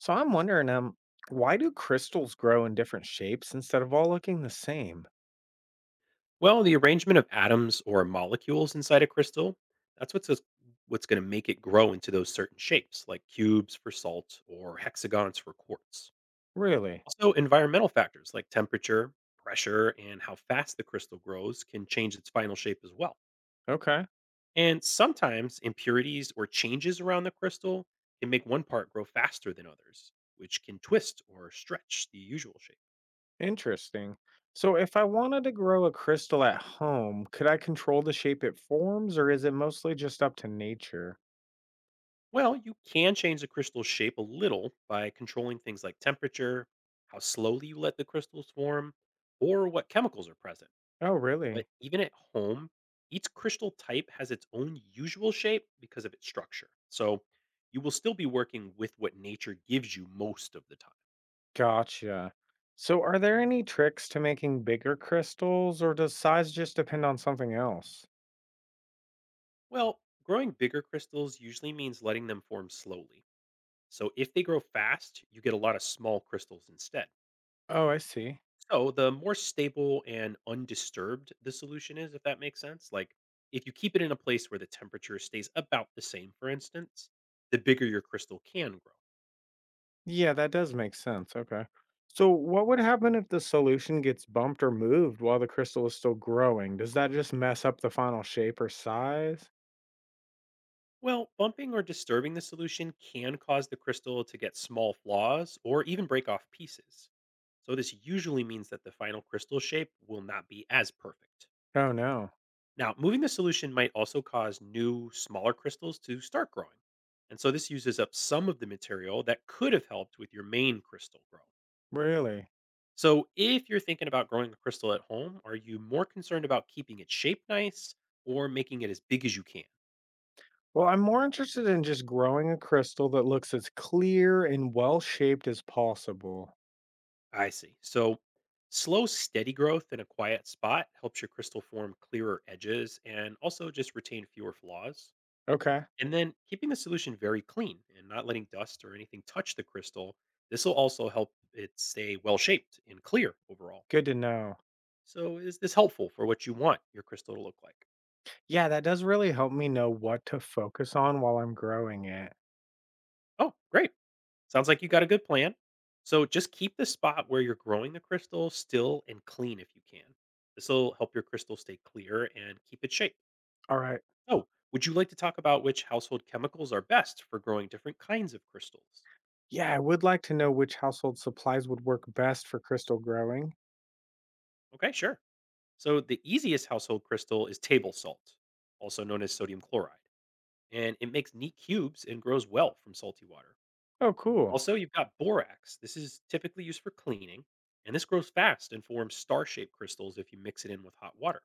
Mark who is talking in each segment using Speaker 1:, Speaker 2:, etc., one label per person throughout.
Speaker 1: So I'm wondering, why do crystals grow in different shapes instead of all looking the same?
Speaker 2: Well, the arrangement of atoms or molecules inside a crystal, that's what's going to make it grow into those certain shapes, like cubes for salt or hexagons for quartz.
Speaker 1: Really?
Speaker 2: Also, environmental factors like temperature, pressure, and how fast the crystal grows can change its final shape as well.
Speaker 1: Okay.
Speaker 2: And sometimes impurities or changes around the crystal can make one part grow faster than others, which can twist or stretch the usual shape.
Speaker 1: Interesting. So if I wanted to grow a crystal at home, could I control the shape it forms or is it mostly just up to nature?
Speaker 2: Well, you can change the crystal's shape a little by controlling things like temperature, how slowly you let the crystals form, or what chemicals are present.
Speaker 1: Oh, really?
Speaker 2: But even at home, each crystal type has its own usual shape because of its structure. So you will still be working with what nature gives you most of the time.
Speaker 1: Gotcha. So are there any tricks to making bigger crystals or does size just depend on something else?
Speaker 2: Well, growing bigger crystals usually means letting them form slowly. So if they grow fast, you get a lot of small crystals instead.
Speaker 1: Oh, I see.
Speaker 2: So the more stable and undisturbed the solution is, if that makes sense, like if you keep it in a place where the temperature stays about the same, for instance, the bigger your crystal can grow.
Speaker 1: Yeah, that does make sense. Okay. So, what would happen if the solution gets bumped or moved while the crystal is still growing? Does that just mess up the final shape or size?
Speaker 2: Well, bumping or disturbing the solution can cause the crystal to get small flaws or even break off pieces. So this usually means that the final crystal shape will not be as perfect.
Speaker 1: Oh, no.
Speaker 2: Now, moving the solution might also cause new, smaller crystals to start growing. And so this uses up some of the material that could have helped with your main crystal grow.
Speaker 1: Really?
Speaker 2: So, if you're thinking about growing a crystal at home, are you more concerned about keeping its shape nice or making it as big as you can?
Speaker 1: Well, I'm more interested in just growing a crystal that looks as clear and well shaped as possible.
Speaker 2: I see. So, slow, steady growth in a quiet spot helps your crystal form clearer edges and also just retain fewer flaws.
Speaker 1: Okay.
Speaker 2: And then keeping the solution very clean and not letting dust or anything touch the crystal. This will also help it stay well shaped and clear overall.
Speaker 1: Good to know.
Speaker 2: So, is this helpful for what you want your crystal to look like?
Speaker 1: Yeah, that does really help me know what to focus on while I'm growing it.
Speaker 2: Oh, great. Sounds like you got a good plan. So, just keep the spot where you're growing the crystal still and clean if you can. This will help your crystal stay clear and keep its shape.
Speaker 1: All right.
Speaker 2: Oh, would you like to talk about which household chemicals are best for growing different kinds of crystals?
Speaker 1: Yeah, I would like to know which household supplies would work best for crystal growing.
Speaker 2: Okay, sure. So, the easiest household crystal is table salt, also known as sodium chloride, and it makes neat cubes and grows well from salty water.
Speaker 1: Oh, cool.
Speaker 2: Also, you've got borax. This is typically used for cleaning, and this grows fast and forms star shaped crystals if you mix it in with hot water.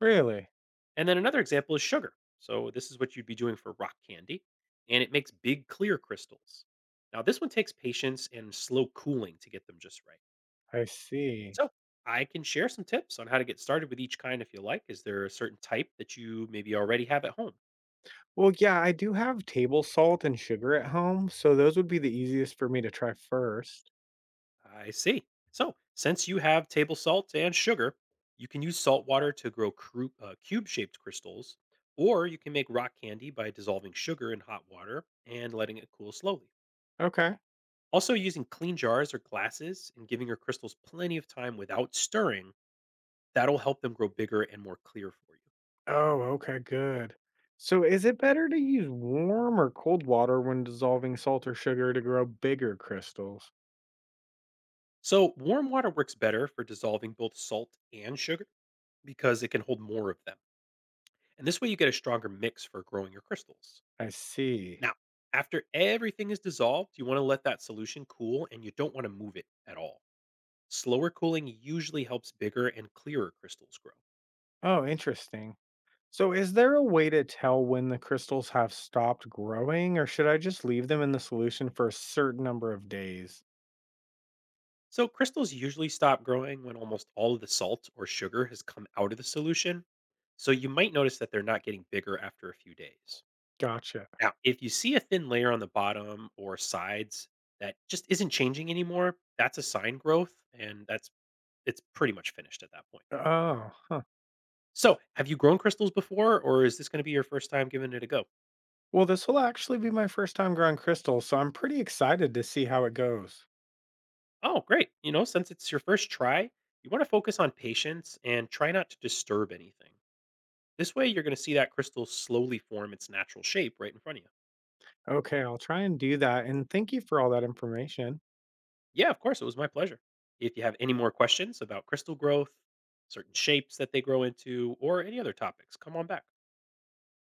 Speaker 1: Really?
Speaker 2: And then another example is sugar. So, this is what you'd be doing for rock candy, and it makes big clear crystals. Now, this one takes patience and slow cooling to get them just right.
Speaker 1: I see.
Speaker 2: So I can share some tips on how to get started with each kind if you like. Is there a certain type that you maybe already have at home?
Speaker 1: Well, yeah, I do have table salt and sugar at home, so those would be the easiest for me to try first.
Speaker 2: I see. So since you have table salt and sugar, you can use salt water to grow cube-shaped crystals, or you can make rock candy by dissolving sugar in hot water and letting it cool slowly.
Speaker 1: Okay.
Speaker 2: Also, using clean jars or glasses and giving your crystals plenty of time without stirring, that'll help them grow bigger and more clear for you.
Speaker 1: Oh, okay, good. So is it better to use warm or cold water when dissolving salt or sugar to grow bigger crystals?
Speaker 2: So, warm water works better for dissolving both salt and sugar because it can hold more of them. And this way, you get a stronger mix for growing your crystals.
Speaker 1: I see.
Speaker 2: Now, after everything is dissolved, you want to let that solution cool and you don't want to move it at all. Slower cooling usually helps bigger and clearer crystals grow.
Speaker 1: Oh, interesting. So is there a way to tell when the crystals have stopped growing, or should I just leave them in the solution for a certain number of days?
Speaker 2: So, crystals usually stop growing when almost all of the salt or sugar has come out of the solution. So, you might notice that they're not getting bigger after a few days.
Speaker 1: Gotcha.
Speaker 2: Now, if you see a thin layer on the bottom or sides that just isn't changing anymore, that's a sign growth and that's it's pretty much finished at that point.
Speaker 1: Oh, huh.
Speaker 2: So, have you grown crystals before or is this going to be your first time giving it a go?
Speaker 1: Well, this will actually be my first time growing crystals, so I'm pretty excited to see how it goes.
Speaker 2: Oh, great. You know, since it's your first try, you want to focus on patience and try not to disturb anything. This way, you're going to see that crystal slowly form its natural shape right in front of you.
Speaker 1: Okay, I'll try and do that. And thank you for all that information.
Speaker 2: Yeah, of course, it was my pleasure. If you have any more questions about crystal growth, certain shapes that they grow into, or any other topics, come on back.